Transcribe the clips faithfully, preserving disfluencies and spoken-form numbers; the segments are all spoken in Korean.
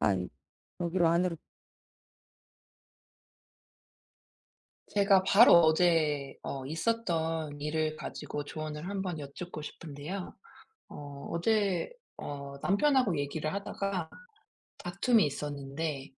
아이 여기로 안으로. 제가 바로 어제 어 있었던 일을 가지고 조언을 한번 여쭙고 싶은데요. 어 어제 어 남편하고 얘기를 하다가 다툼이 있었는데,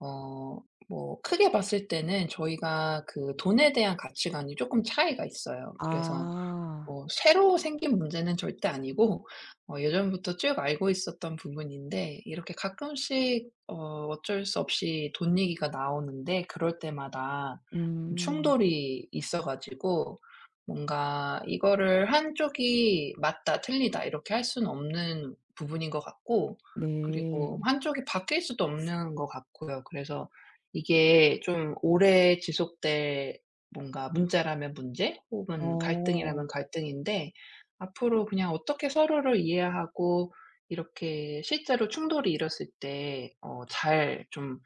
어 뭐 크게 봤을 때는 저희가 그 돈에 대한 가치관이 조금 차이가 있어요. 그래서 아. 뭐 새로 생긴 문제는 절대 아니고, 어 예전부터 쭉 알고 있었던 부분인데, 이렇게 가끔씩 어 어쩔 수 없이 돈 얘기가 나오는데 그럴 때마다 음. 충돌이 있어 가지고, 뭔가 이거를 한쪽이 맞다 틀리다 이렇게 할 수는 없는 부분인 것 같고, 그리고 네. 한쪽이 바뀔 수도 없는 것 같고요. 그래서 이게 좀 오래 지속될 뭔가, 문제라면 문제 혹은 어. 갈등이라면 갈등인데, 앞으로 그냥 어떻게 서로를 이해하고 이렇게 실제로 충돌이 일었을 때 어 잘 좀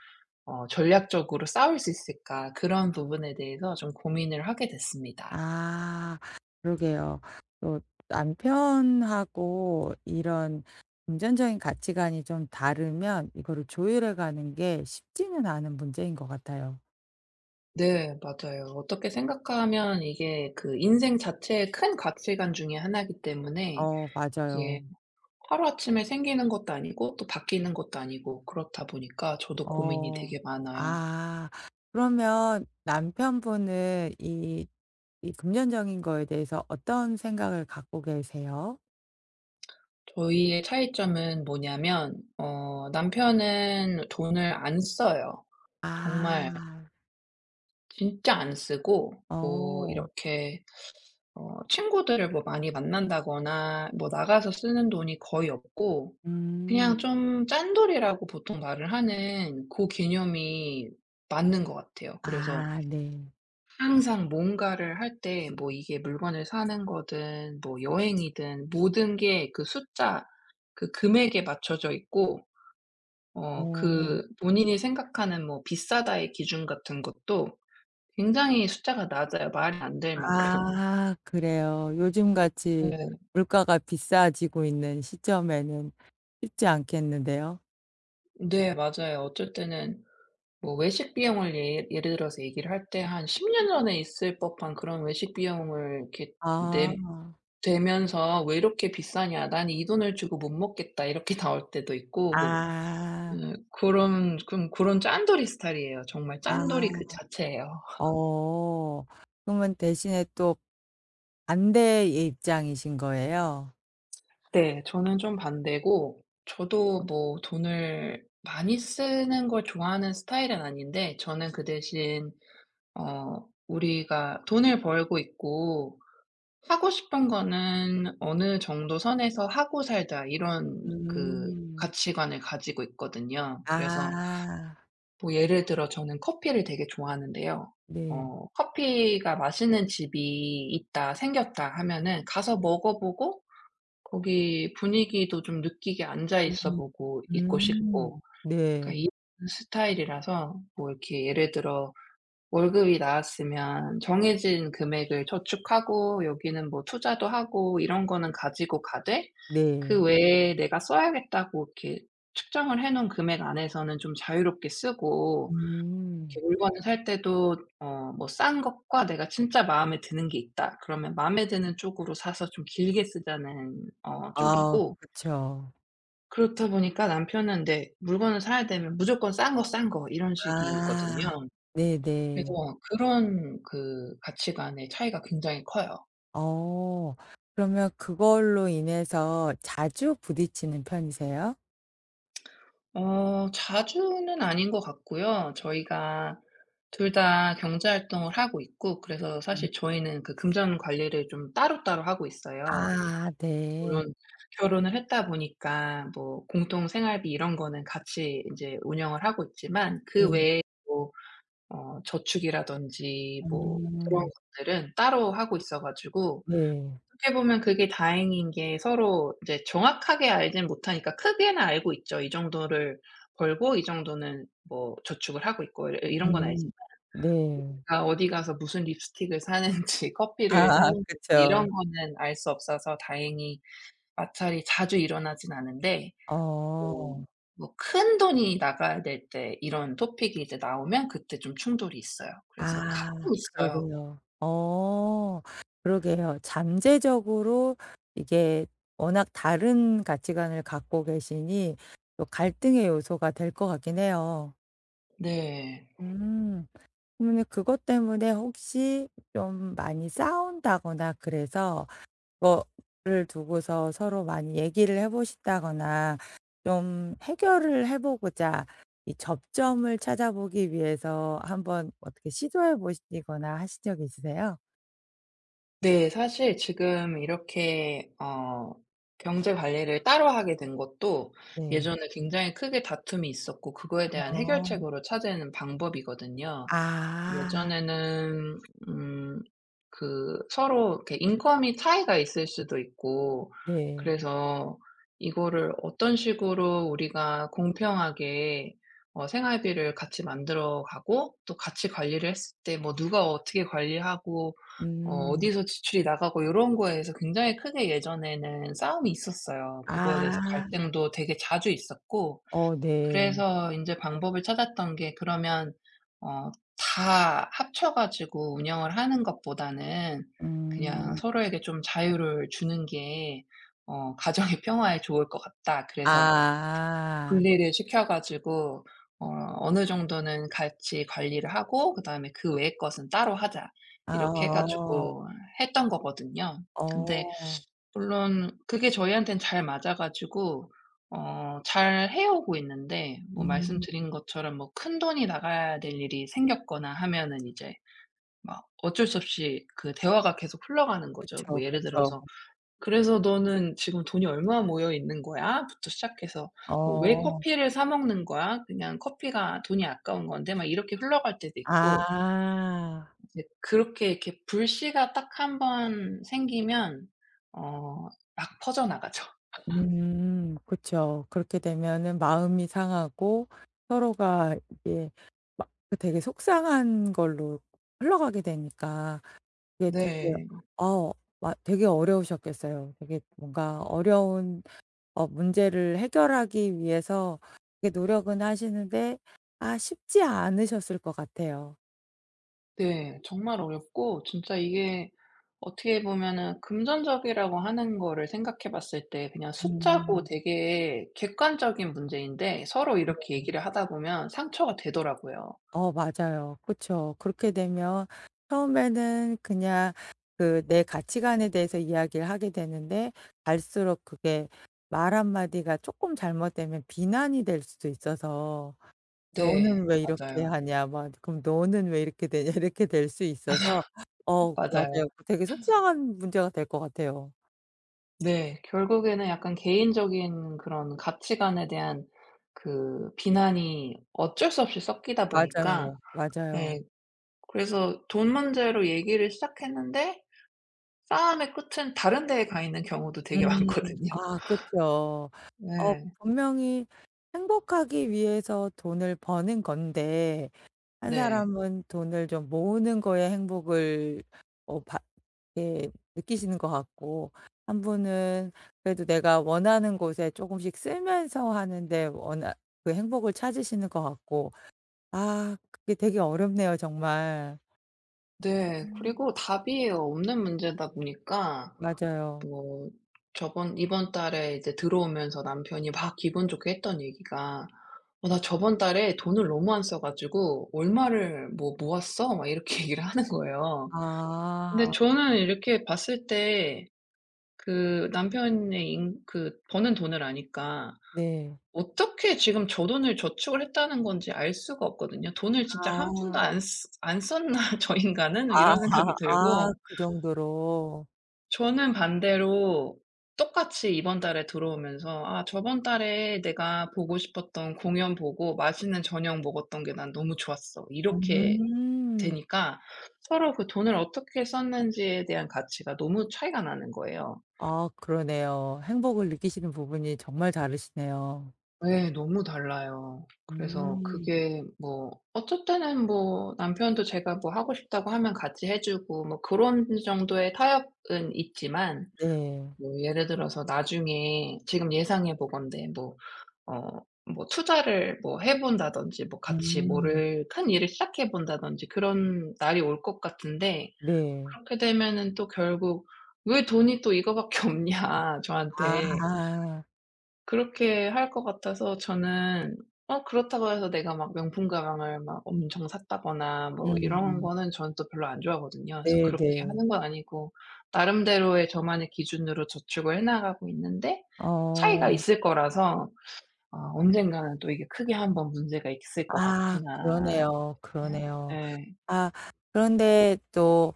어 전략적으로 싸울 수 있을까, 그런 부분에 대해서 좀 고민을 하게 됐습니다. 아. 그러게요. 또 남편하고 이런 금전적인 가치관이 좀 다르면 이거를 조율해 가는 게 쉽지는 않은 문제인 것 같아요. 네 맞아요. 어떻게 생각하면 이게 그 인생 자체의 큰 가치관 중에 하나이기 때문에, 어 맞아요. 이게 하루아침에 생기는 것도 아니고 또 바뀌는 것도 아니고, 그렇다 보니까 저도 고민이 어. 되게 많아요. 아. 그러면 남편분은 이 이 금전적인 거에 대해서 어떤 생각을 갖고 계세요? 저희의 차이점은 뭐냐면, 어 남편은 돈을 안 써요. 아. 정말, 진짜 안 쓰고, 뭐 어. 이렇게 어 친구들을 뭐 많이 만난다거나 뭐 나가서 쓰는 돈이 거의 없고, 음. 그냥 좀 짠돌이라고 보통 말을 하는 그 개념이 맞는 것 같아요. 그래서 아 네. 항상 뭔가를 할 때, 뭐 이게 물건을 사는 거든 뭐 여행이든 모든 게 그 숫자, 그 금액에 맞춰져 있고, 어 어. 그 본인이 생각하는 뭐 비싸다의 기준 같은 것도 굉장히 숫자가 낮아요, 말이 안 될 만큼. 아 그래요. 요즘같이 네. 물가가 비싸지고 있는 시점에는 쉽지 않겠는데요. 네 맞아요. 어쩔 때는 뭐 외식 비용을, 예 예를 들어서 얘기를 할 때 한 십 년 전에 있을 법한 그런 외식 비용을 이렇게 아. 내 대면서 "왜 이렇게 비싸냐. 난 이 돈을 주고 못 먹겠다." 이렇게 나올 때도 있고. 아. 네, 그런 좀 그런 짠돌이 스타일이에요. 정말 짠돌이 그 아. 자체예요. 어. 그러면 대신에 또 반대의 입장이신 거예요? 네. 저는 좀 반대고, 저도 뭐 돈을 많이 쓰는 걸 좋아하는 스타일은 아닌데, 저는 그 대신 어 우리가 돈을 벌고 있고 하고 싶은 거는 '어느 정도 선에서 하고 살자.' 이런 그 음. 가치관을 가지고 있거든요. 그래서 아. 뭐 예를 들어 저는 커피를 되게 좋아하는데요. 네. 어 '커피가 맛있는 집이 있다. 생겼다.' 하면은 가서 먹어 보고, 거기 분위기도 좀 느끼게 앉아 있어 음. 보고 있고 음. 싶고, 그러니까 네. 이런 스타일이라서, 뭐 이렇게 예를 들어 월급이 나왔으면 정해진 금액을 저축하고, 여기는 뭐 투자도 하고 이런 거는 가지고 가되, 네. 그 외에 내가 써야겠다고 이렇게 측정을 해 놓은 금액 안에서는 좀 자유롭게 쓰고, 음. 이렇게 물건을 살 때도 어 뭐 싼 것과 내가 진짜 마음에 드는 게 있다. 그러면 마음에 드는 쪽으로 사서 좀 길게 쓰자는 어 아 쪽이고, 그쵸. 그렇다 보니까 남편은, 네, 물건을 사야 되면 무조건 싼 거, 싼 거 이런 식이거든요. 아. 네네. 그래서 그런 그 가치관의 차이가 굉장히 커요. 어. 그러면 그걸로 인해서 자주 부딪히는 편이세요? 어 자주는 아닌 것 같고요. 저희가 둘 다 경제 활동을 하고 있고, 그래서 음. 사실 저희는 그 금전 관리를 좀 따로따로 하고 있어요. 아 네. 물론 결혼을 했다 보니까 뭐 공동 생활비 이런 거는 같이 인제 운영을 하고 있지만, 그 네. 외에 뭐 어 저축이라든지 뭐 그런 음. 것들은 따로 하고 있어 가지고, 네. 어떻게 보면 그게 다행인 게, 서로 이제 정확하게 알진 못하니까, 크게는 알고 있죠. 이 정도를 벌고 이 정도는 뭐 저축을 하고 있고 이 이런 건 알지, 음. 네. 내가 어디 가서 무슨 립스틱을 사는지 커피를 사 아 먹는지 그쵸. 이런 거는 알 수 없어서, 다행히 마찰이 자주 일어나진 않은데, 뭐 어. 뭐 큰 돈이 나가야 될 때, 이런 토픽이 이제 나오면 그때 좀 충돌이 있어요. 그래서 아 가끔 있어요. 그러게요. 어 그러게요. 잠재적으로 이게 워낙 다른 가치관을 갖고 계시니 또 갈등의 요소가 될 것 같긴 해요. 네. 음. 그러면 그것 때문에 혹시 좀 많이 싸운다거나 그래서 그거를 두고서 서로 많이 얘기를 해 보신다거나 좀 해결을 해 보고자 이 접점을 찾아보기 위해서 한번 어떻게 시도해 보시거나 하신 적이 있으세요? 네. 사실 지금 이렇게 어 경제 관리를 따로 하게 된 것도, 네. 예전에 굉장히 크게 다툼이 있었고 그거에 대한 어. 해결책으로 찾아내는 방법이거든요. 아. 예전에는 음 그 서로 이렇게 인컴이 차이가 있을 수도 있고, 네. 그래서 이거를 어떤 식으로 우리가 공평하게 어 생활비를 같이 만들어 가고, 또 같이 관리를 했을 때 뭐 누가 어떻게 관리하고 어 음. 어디서 지출이 나가고, 요런 거에서 굉장히 크게 예전에는 싸움이 있었어요. 그거에 대해서 아. 갈등도 되게 자주 있었고, 어 네. 그래서 인제 방법을 찾았던 게, 그러면 어 다 합쳐 가지고 운영을 하는 것보다는 그냥 음. 서로에게 좀 자유를 주는 게 어 '가정의 평화에 좋을 것 같다.' 그래서 아. 분리를 시켜 가지고 어 '어느 정도는 같이 관리를 하고, 그다음에 그 외의 것은 따로 하자.' 아 이렇게 해 어. 가지고 했던 거거든요. 근데 어. 물론 그게 저희한테는 잘 맞아 가지고 어 잘 해오고 있는데, 뭐 음. 말씀드린 것처럼 뭐 큰돈이 나가야 될 일이 생겼거나 하면은, 이제 막 어쩔 수 없이 그 대화가 계속 흘러가는 거죠. 그쵸, 뭐 예를 그쵸. 들어서 "그래서 너는 지금 돈이 얼마 모여 있는 거야?" 부터 시작해서 뭐 "왜 어. 커피를 사 먹는 거야? 그냥 커피가 돈이 아까운 건데." 막 이렇게 흘러갈 때도 있고, 아. 이제 그렇게 이렇게 불씨가 딱 한번 생기면 어 막 퍼져나가죠. 음 그쵸. 그렇게 되면은 마음이 상하고 서로가 이게 막 그 되게 속상한 걸로 흘러가게 되니까 이게 되게 네. 어 마 되게 어려우셨겠어요. 되게 뭔가 어려운 어 문제를 해결하기 위해서 되게 노력은 하시는데 아 쉽지 않으셨을 것 같아요. 네. 정말 어렵고, 진짜 이게 어떻게 보면은 금전적이라고 하는 거를 생각해 봤을 때 그냥 숫자고 음. 되게 객관적인 문제인데, 서로 이렇게 얘기를 하다 보면 상처가 되더라고요. 어 맞아요. 그쵸. 그렇게 되면 처음에는 그냥 그 내 가치관에 대해서 이야기를 하게 되는데 갈수록 그게 말 한마디가 조금 잘못되면 비난이 될 수도 있어서 "너는 네. 왜 이렇게 맞아요. 하냐." 막 그럼 "너는 왜 이렇게 되냐." 이렇게 될 수 있어서 어 맞아요. 맞아요. 그 되게 속상한 문제가 될 것 같아요. 네. 결국에는 약간 개인적인 그런 가치관에 대한 그 비난이 어쩔 수 없이 섞이다 보니까. 맞아요. 맞아요. 예. 그래서 돈 문제로 얘기를 시작했는데 싸움의 끝은 다른 데에 가 있는 경우도 음. 되게 많거든요. 아 그쵸. 어 네. 분명히 행복하기 위해서 돈을 버는 건데 한 네. 사람은 돈을 좀 모으는 거에 행복을 어 받 예 느끼시는 것 같고 한 분은 그래도 내가 원하는 곳에 쪼금씩 쓰면서 하는데 원하 그 행복을 찾으시는 것 같고 아 그게 되게 어렵네요 정말. 네. 음. 그리고 답이 없는 문제다 보니까, 맞아요. 뭐 저번 이번 달에 이제 들어오면서 남편이 막 기분 좋게 했던 얘기가, "어 나 저번 달에 돈을 너무 안 써 가지고 얼마를 뭐 모았어." 막 이렇게 얘기를 하는 거예요. 근데 아 저는 이렇게 봤을 때 그 남편의 인 그 버는 돈을 아니까, 네. 어떻게 지금 저 돈을 저축을 했다는 건지 알 수가 없거든요. '돈을 진짜 한 푼도 아. 안 쓰 안 썼나 저 인간은?' 이런 아 생각이 아 들고, 그 정도로. 저는 반대로 똑같이 이번 달에 들어오면서 '아, 저번 달에 내가 보고 싶었던 공연 보고 맛있는 저녁 먹었던 게 난 너무 좋았어.' 이렇게 음. 되니까, 서로 그 돈을 어떻게 썼는지에 대한 가치가 너무 차이가 나는 거예요. 아 그러네요. 행복을 느끼시는 부분이 정말 다르시네요. 예. 너무 달라요. 그래서 음. 그게 뭐 어쩔 때는 뭐 남편도 제가 뭐 하고 싶다고 하면 같이 해 주고, 뭐 그런 정도의 타협은 있지만, 네. 뭐 예를 들어서 나중에 지금 예상해 보건대 뭐 어 뭐 투자를 뭐 해 본다든지 뭐 같이 음. 뭐를 큰 일을 시작해 본다든지, 그런 날이 올 것 같은데 네. 그렇게 되면은 또 결국 "왜 돈이 또 이거밖에 없냐 저한테." 아. 그렇게 할 것 같아서, 저는 어 그렇다고 해서 내가 막 명품 가방을 막 엄청 샀다거나 뭐 이런 음. 거는 저는 또 별로 안 좋아하거든요. 그래서 그렇게 네네. 하는 건 아니고 나름대로의 저만의 기준으로 저축을 해 나가고 있는데, 차이가 어. 있을 거라서 아 언젠가는 또 이게 크게 한번 문제가 있을 것 아 같구나. 그러네요, 예. 그러네요. 네. 아 그런데 또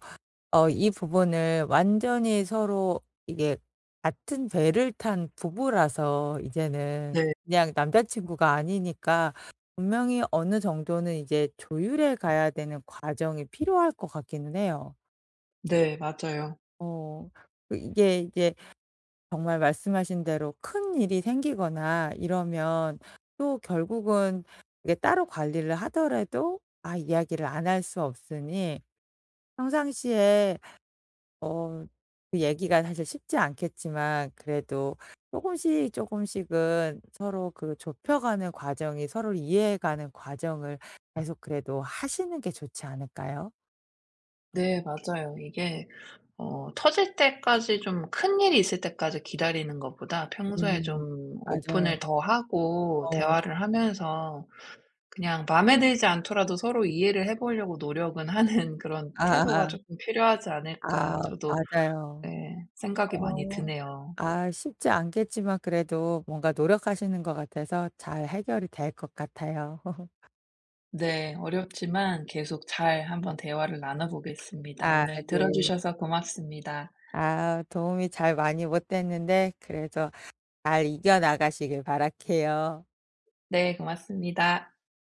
어 이 부분을 완전히 서로 이게 같은 배를 탄 부부라서 이제는 네. 그냥 남자친구가 아니니까 분명히 어느 정도는 이제 조율해 가야 되는 과정이 필요할 것 같기는 해요. 네 맞아요. 어. 그 이게 이제 정말 말씀하신 대로 큰일이 생기거나 이러면 또 결국은 이게 따로 관리를 하더라도 아 이야기를 안 할 수 없으니 평상시에 어 그 얘기가 사실 쉽지 않겠지만 그래도 조금씩 조금씩은 서로 그 좁혀가는 과정이 서로를 이해해가는 과정을 계속 그래도 하시는 게 좋지 않을까요? 네 맞아요. 이게 어 터질 때까지, 좀 큰일이 있을 때까지 기다리는 것보다 평소에 음. 좀 맞아요. 오픈을 더 하고 어. 대화를 하면서, 그냥 맘에 들지 않더라도 서로 이해를 해 보려고 노력은 하는 그런 아 아 태도가 아. 조금 필요하지 아 않을까. 아, 아, 저도, 네, 맞아요. 생각이 많이 어. 드네요. 아 쉽지 않겠지만 그래도 뭔가 노력하시는 것 같아서 잘 해결이 될 것 같아요. 네. 어렵지만 계속 잘 한번 대화를 나눠 보겠습니다. 아 오늘 네. 들어 주셔서 고맙습니다. 아 도움이 잘 많이 못 됐는데 그래도 잘 이겨나가시길 바랄게요. 네 고맙습니다.